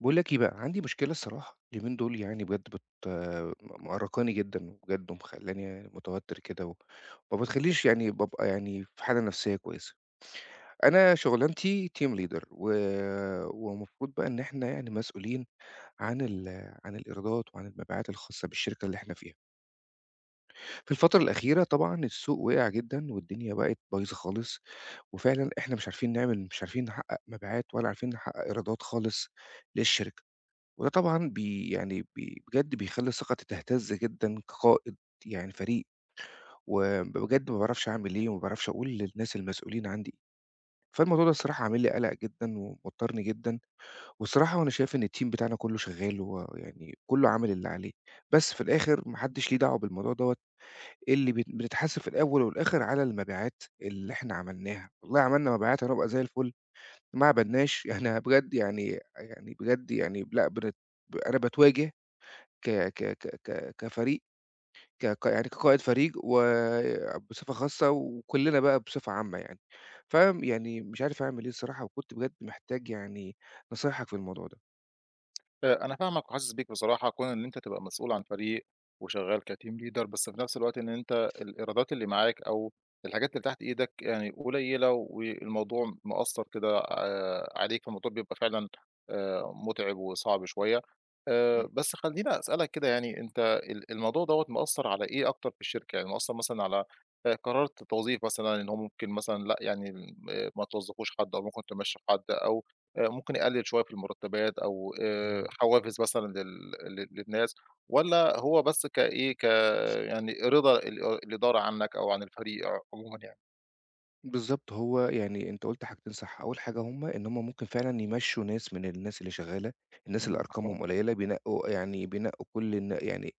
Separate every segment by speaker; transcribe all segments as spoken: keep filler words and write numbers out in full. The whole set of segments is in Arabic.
Speaker 1: باقول لك إيه بقى، عندي مشكلة الصراحة اليومين دول يعني بجد بت م مأرّقاني جدًا بجد، ومخلّياني متوتر كده و وما بتخلّينيش يعني بابقى يعني في حالة نفسية كويسة. أنا شغلانتي team leader، و ومفروض بقى إن إحنا يعني مسؤولين عن ال عن الإيرادات وعن المبيعات الخاصة بالشركة اللي إحنا فيها. في الفترة الأخيرة طبعًا السوق وقع جدًا، والدنيا بقت بايظة خالص، وفعلًا إحنا مش عارفين نعمل مش عارفين نحقق مبيعات، ولا عارفين نحقق إيرادات خالص للشركة. وده طبعًا بي يعني بي بجد بيخلّي ثقتي تهتز جدًا كقائد يعني فريق، وبجد ما باعرفش أعمل إيه، وما باعرفش أقول للناس المسؤولين عندي إيه. فالموضوع ده الصراحة عامل لي قلق جدًا وموتّرني جدًا، والصراحة وأنا شايف إن الteam بتاعنا كُلّه شغّال، ويعني كُلّه عامل اللي عليه، بس في الآخر ما حدّش ليه دعوة بالموضوع دوّة. اللي بت بنتحاسب في الأول والآخر على المبيعات اللي إحنا عملناها، والله عملنا مبيعات هنبقى زي الفُل، ما عملناش إحنا بجد يعني يعني بجد يعني لأ بنت أنا باتواجه ك ك ك ك كفريق، ك ك يعني كقائد فريق وبصفة خاصة، وكلّنا بقى بصفة عامة يعني. فيعني مش عارف أعمل إيه الصراحة، وكنت بجد محتاج يعني نصايحك في الموضوع ده.
Speaker 2: آآ، أنا فاهمك وحاسس بيك بصراحة، كون إن أنت تبقى مسؤول عن فريق وشغال كteam leader، بس في نفس الوقت إن أنت الإيرادات اللي معاك أو الحاجات اللي تحت إيدك يعني قليلة، والموضوع مأثّر كده آآ، عليك، فالموضوع بيبقى فعلًا آآ، مُتعِب وصعب شوية.
Speaker 1: إمم.
Speaker 2: آآ، بس خلّيني أسألك كده، يعني أنت ال الموضوع دوّة مأثّر على إيه أكتر في الشركة؟ يعني مأثّر مثلًا على آآ، قرار التوظيف، مثلًا إن هو ممكن مثلًا لأ، يعني م ما توظّفوش حد، أو ممكن تمشّوا حد، أو آآ ممكن يقلل شوية في المرتبات، أو آآ
Speaker 1: أيوه.
Speaker 2: حوافز مثلًا لل لل للناس، والّا هو بس كإيه، ك يعني رضا ال الإدارة عنك أو عن الفريق عمومًا يعني؟
Speaker 1: بالضبط، هو يعني أنت قُلت حاجتين صح. أول حاجة هم إن هم ممكن فعلًا يمشّوا ناس من الناس اللي شغّالة، الناس اللي
Speaker 2: إمم، مفهوم.
Speaker 1: أرقامهم قليّلة بينقّوا يعني بينقّوا كل الن يعني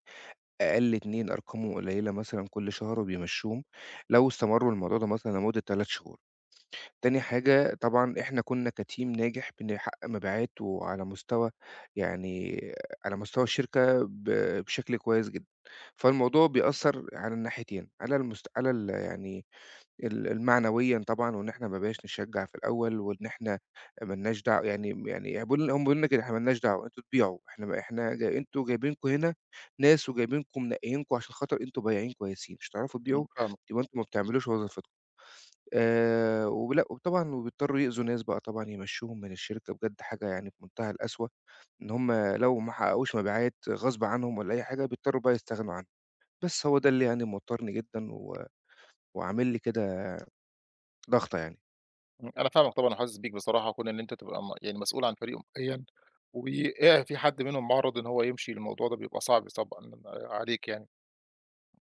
Speaker 1: أقل اتنين أرقامهم قليّلة مثلًا كل شهر وبيمشّوهم، لو استمروا الموضوع ده مثلًا لمدة تلات شهور. تاني حاجة طبعًا إحنا كُنّا كteam ناجح بنحقق مبيعات، وعلى مستوى يعني على مستوى الشركة ب بشكل كويس جدًا. فالموضوع بيأثّر على الناحيتين، على المست على ال يعني ال المعنويًا طبعًا، وإن إحنا ما بقيناش نشجّع في الأول، وإن إحنا ما لناش دعوة يعني يعني بيقولوا لنا هم بيقولوا لنا كده إحنا ما لناش دعوة، أنتم تبيعوا، إحنا ما إحنا جاي أنتم جايبينكم هنا ناس، وجايبينكم منقّيينكم عشان خاطر أنتم بياعين كويسين، مش هتعرفوا
Speaker 2: إمم،
Speaker 1: تبيعوا
Speaker 2: فاهمك.
Speaker 1: يبقى أنتم ما بتعملوش وظيفتكم. آآ ولأ وطبعًا، وبيضطروا يأذوا ناس بقى طبعًا يمشّوهم من الشركة، بجد حاجة يعني في منتهى القسوة، إن هم لو ما حققوش مبيعات غصب عنهم والّا أي حاجة، بيضطروا بقى يستغنوا عنها. بس هو ده اللي يعني موتّرني جدًا، و وعامل لي كده ضغطة يعني.
Speaker 2: إمم، أنا فاهمك طبعًا وحاسس بيك بصراحة، كون إن أنت تبقى م يعني مسؤول عن فريق معيّن وآآ في حد منهم معرض إن هو يمشي، الموضوع ده بيبقى صعب طبعًا عليك يعني.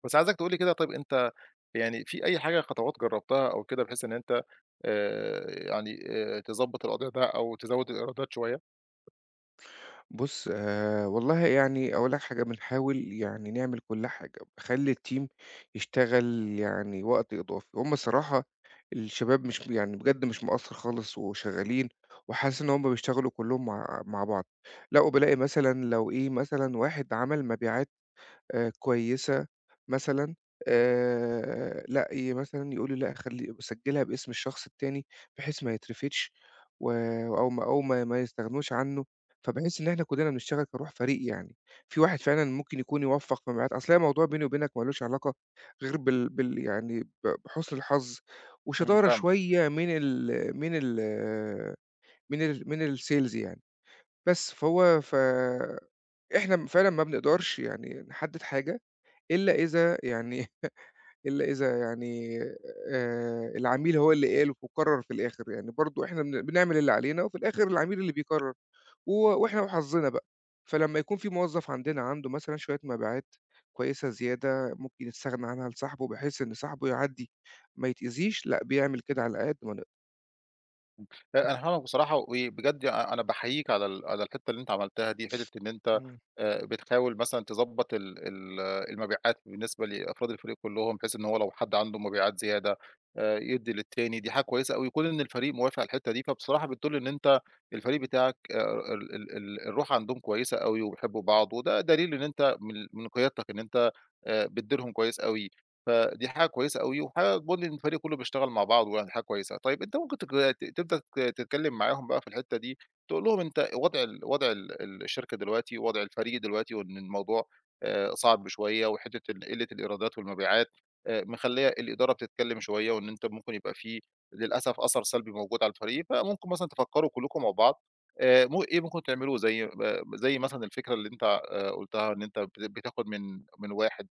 Speaker 2: بس عايزك تقول لي كده، طيب أنت يعني في أي حاجة خطوات جربتها أو كده، بحيث إن أنت آآ يعني آآ تضبّط الوضع ده أو تزوّد الإيرادات شوية؟
Speaker 1: بُص، آآ والله يعني أقول لك حاجة، بنحاول يعني نعمل كل حاجة، باخلّي الteam يشتغل يعني وقت إضافي، هُم الصراحة الشباب مش يعني بجد مش مقصّر خالص وشغّالين، وحاسس إن هُم بيشتغلوا كلّهم مع مع بعض. لأ، وبالاقي مثلًا لو إيه، مثلًا واحد عمل مبيعات آآ كويسة مثلًا، آآ لأ ي مثلًا يقولوا لأ خلّي سجّلها باسم الشخص التاني، بحيث ما يترفدش، و أو ما أو ما ما يستغنوش عنّه. فباحس إن إحنا كُلّنا بنشتغل كروح فريق يعني، في واحد فعلًا ممكن يكون يوفّق في ميعاد، أصل هي موضوع بيني وبينك ما لوش علاقة غير بال بال يعني ب بحُسن الحظ،
Speaker 2: إمم،
Speaker 1: وشطارة
Speaker 2: فاهمك.
Speaker 1: شوية من ال من ال من ال من الsales يعني. بس فهو ف إحنا م فعلًا ما بنقدرش يعني نحدّد حاجة إلا إذا يعني إلا إذا يعني آآ العميل هو اللي قال وقرّر في الآخر، يعني برضه إحنا بن بنعمل اللي علينا، وفي الآخر العميل اللي بيقرّر، و وإحنا وحظّنا بقى. فلمّا يكون في موظّف عندنا عنده مثلًا شوية مبيعات كويسة زيادة، ممكن يستغنى عنها لصاحبه بحيث إن صاحبه يعدّي ما يتأذيش، لأ بيعمل كده على قد ما نقدر.
Speaker 2: لأ، أنا فاهمك بصراحة، وبجد أ أنا باحييك على ال على الحتّة اللي أنت عملتها دي، حتّة إن أنت
Speaker 1: إمم،
Speaker 2: آآ بتحاول مثلًا تضبّط ال ال المبيعات بالنسبة لأفراد الفريق كلّهم، بحيث إن هو لو حد عنده مبيعات زيادة آآ يدّي للتاني. دي حاجة كويسة أوي، كون إن الفريق موافق على الحتّة دي، فبصراحة بتدُل إن أنت الفريق بتاعك آآ ال ال ال الروح عندهم كويسة أوي وبيحبّوا بعض، وده دليل إن أنت من من قيادتك إن أنت آآ بتديرهم كويس أوي. فدي حاجة كويسة أوي، وحاجة تبين إن الفريق كله بيشتغل مع بعضه، يعني حاجة كويسة. طيب أنت ممكن تك ت تبدأ ت تتكلم معاهم بقى في الحتّة دي، تقول لهم أنت وضع ال وضع ال ال الشركة دلوقتي ووضع الفريق دلوقتي، وإن الموضوع آآ صعب شوية، وحتّة ال قِلّة الإيرادات والمبيعات آآ مخلّية الإدارة بتتكلم شوية، وإن أنت ممكن يبقى في للأسف أثر سلبي موجود على الفريق، فممكن مثلًا تفكّروا كلّكم مع بعض آآ م إيه ممكن تعملوه، زي ب زي مثلًا الفكرة اللي أنت آآ قُلتها، إن أنت بت بتاخد من من واحد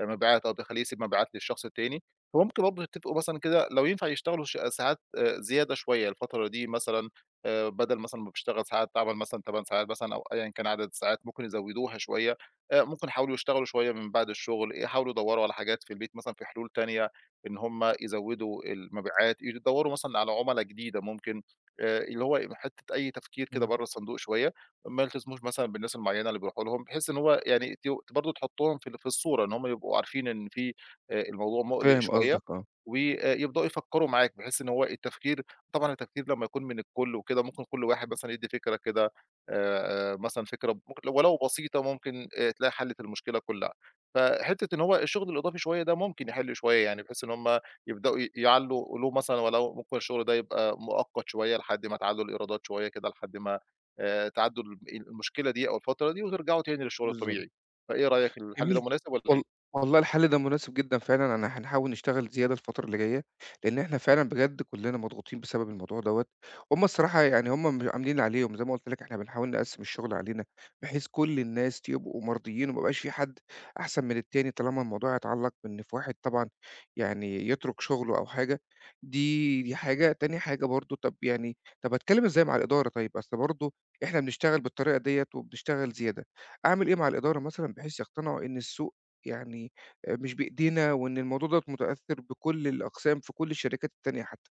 Speaker 2: مبيعات، أو تخلّيه يسيب مبيعات للشخص التاني. فممكن برضه تتفقوا مثلًا كده لو ينفع يشتغلوا ش ساعات آآ زيادة شوية الفترة دي، مثلًا آآ بدل مثلًا ما بتشتغل ساعات تعمل مثلًا تماني ساعات، مثلًا، أو أيًا كان عدد الساعات ممكن يزوّدوها شوية. آآ ممكن يحاولوا يشتغلوا شوية من بعد الشغل، يحاولوا يدوّروا على حاجات في البيت مثلًا، في حلول تانية إن هم يزوّدوا المبيعات، يدوّروا مثلًا على عُملا جديدة ممكن، آآ اللي هو حتّة أي تفكير كده
Speaker 1: إمم.
Speaker 2: برّه الصندوق شوية. ما يلتزموش مثلًا بالناس المعيّنة اللي بيروحوا لهم، بحيث إن هو يعني ت برضه تحطّهم في ال في الصورة، إن هم يبقوا عارفين إن في آآ الموضوع مُقلِق
Speaker 1: فاهم
Speaker 2: شوية،
Speaker 1: قصدك، آه.
Speaker 2: ويبدؤوا يفكّروا معاك، بحيث إن هو التفكير، طبعًا التفكير لمّا يكون من الكل وكده، ممكن كل واحد مثلًا يدّي فكرة كده، آآ، آآ مثلًا فكرة ممكن لو- ولو بسيطة، ممكن آآ تلاقي حلِّت المشكلة كلّها. فحتّة إن هو الشغل الإضافي شوية ده ممكن يحِل شوية يعني، بحيث إن هم يبدؤوا ي يعلّوا له مثلًا، ولو ممكن الشغل ده يبقى مؤقت شوية لحد ما تعلّوا الإيرادات شوية كده، لحد ما آآ تعدّوا الم المشكلة دي أو الفترة دي، وترجعوا تاني للشغل
Speaker 1: بالضبط.
Speaker 2: الطبيعي. فإيه رأيك، الحل
Speaker 1: جميل،
Speaker 2: ده
Speaker 1: ج
Speaker 2: مناسب والّا إيه؟
Speaker 1: وال والله الحل ده مناسب جدًا فعلًا، أنا هنحاول نشتغل زيادة الفترة اللي جاية، لإن إحنا فعلًا بجد كُلّنا مضغوطين بسبب الموضوع دوّة. هُم الصراحة يعني هُم م عاملين اللي عليهم، زي ما قُلت لك إحنا بنحاول نقسّم الشغل علينا، بحيث كل الناس يبقوا مرضيين، وما يبقاش في حد أحسن من التاني، طالما الموضوع يتعلّق بإن في واحد طبعًا يعني يترك شغله أو حاجة. دي دي حاجة. تاني حاجة، برضه طَب يعني طَب أتكلّم إزاي مع الإدارة طيب؟ أصل برضه إحنا بنشتغل بالطريقة ديّة، وبنشتغل زيادة. أعمل إيه مع الإدارة مثلًا بحيث يقتنعوا إن السوق يعني آآ مش بإيدينا، وإن الموضوع دوّة متأثّر بكل الأقسام في كل الشركات التانية حتى،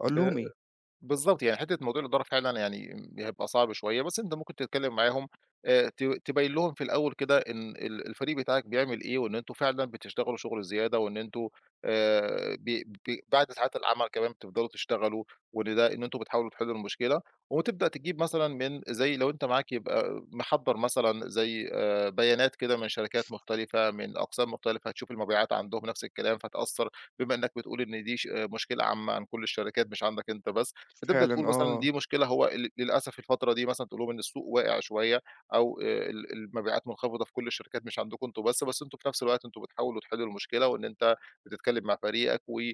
Speaker 1: أقول
Speaker 2: آآ
Speaker 1: لهم إيه؟
Speaker 2: بالضبط، يعني حتّة موضوع الإدارة فعلًا يعني هيبقى صعب شوية، بس أنت ممكن تتكلّم معاهم، آآ ت تبيّن لهم في الأول كده إن ال الفريق بتاعك بيعمل إيه، وإن أنتم فعلًا بتشتغلوا شُغل زيادة، وإن أنتم آآ ب ب بعد ساعات العمل كمان بتفضلوا تشتغلوا، وإن ده إن أنتم بتحاولوا تحلّوا المشكلة، وتبدأ تجيب مثلًا من زي لو أنت معاك يبقى محضّر، مثلًا زي آآ بيانات كده من شركات مختلفة، من أقسام مختلفة، تشوف المبيعات عندهم نفس الكلام، فتأثّر بما إنّك بتقول إن دي ش آه، مشكلة عامة عن كل الشركات مش عندك أنت بس، بتبدأ تقول
Speaker 1: فعلًا،
Speaker 2: مثلًا
Speaker 1: آه.
Speaker 2: دي مشكلة، هو ل للأسف الفترة دي مثلًا تقول لهم إن السوق واقع شوية، أو آآ ال المبيعات منخفضة في كل الشركات مش عندكم أنتم بس، بس أنتم في نفس الوقت أنتم بتحاولوا تحلوا المشكلة، وإن أنت بتتكلم مع فريقك و آآ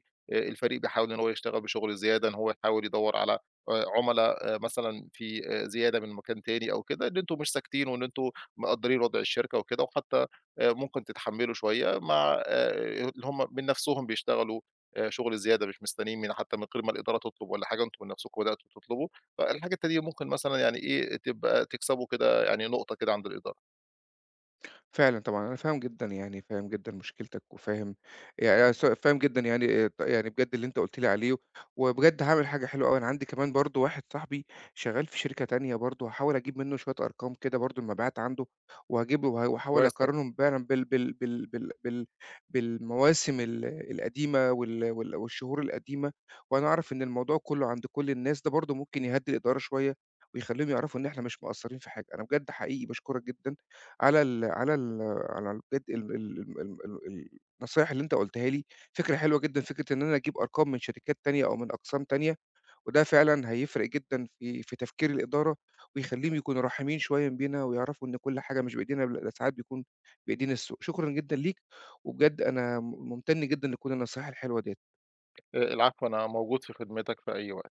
Speaker 2: الفريق بيحاول إن هو يشتغل بشغل زيادة، إن هو يحاول يدوّر على آآ عُملا آآ مثلًا في آآ زيادة من مكان تاني أو كده، إن أنتم مش ساكتين وإن أنتم مقدّرين وضع الشركة وكده، وحتى آآ ممكن تتحمّلوا شوية مع آآ اللي هم من نفسهم بيشتغلوا آآ شغل زيادة مش مستنيين، من حتى من غير ما الإدارة تطلب والّا حاجة، أنتم من نفسكم بدأتوا تطلبوا، فالحاجة التانية ممكن مثلًا يعني إيه، تبقى تكسبوا كده يعني نقطة كده عند الإدارة.
Speaker 1: فعلًا طبعًا. أنا فاهم جدًا يعني، فاهم جدًا مشكلتك، وفاهم يعني س فاهم جدًا يعني إيه، ط يعني بجد اللي أنت قُلت لي عليه، وبجد هاعمل حاجة حلوة أوي. أنا عندي كمان برضه واحد صاحبي شغال في شركة تانية برضه، هاحاول أجيب منه شوية أرقام كده برضه المبيعات عنده، وهاجيب وه واحاول
Speaker 2: كويس أوي.
Speaker 1: أقارنهم فعلًا بال بال بال بال بال بالمواسم ال القديمة وال وال والشهور القديمة، وأنا أعرف إن الموضوع كله عند كل الناس. ده برضه ممكن يهدّي الإدارة شوية، ويخلّيهم يعرفوا إن إحنا مش مقصّرين في حاجة. أنا بجد حقيقي باشكرك جدًا على ال على ال على ال بجد ال ال ال ال ال النصايح اللي أنت قُلتها لي. فكرة حلوة جدًا، فكرة إن أنا أجيب أرقام من شركات تانية أو من أقسام تانية، وده فعلًا هيفرق جدًا في في تفكير الإدارة، ويخلّيهم يكونوا رحيمين شوية بينا، ويعرفوا إن كل حاجة مش بإيدينا، لأ ده ساعات بيكون بإيدينا السوق. شكرًا جدًا ليك، وبجد أنا م ممتن جدًا لكل النصايح الحلوة ديّة.
Speaker 2: آآ العفو، أنا موجود في خدمتك في أي وقت.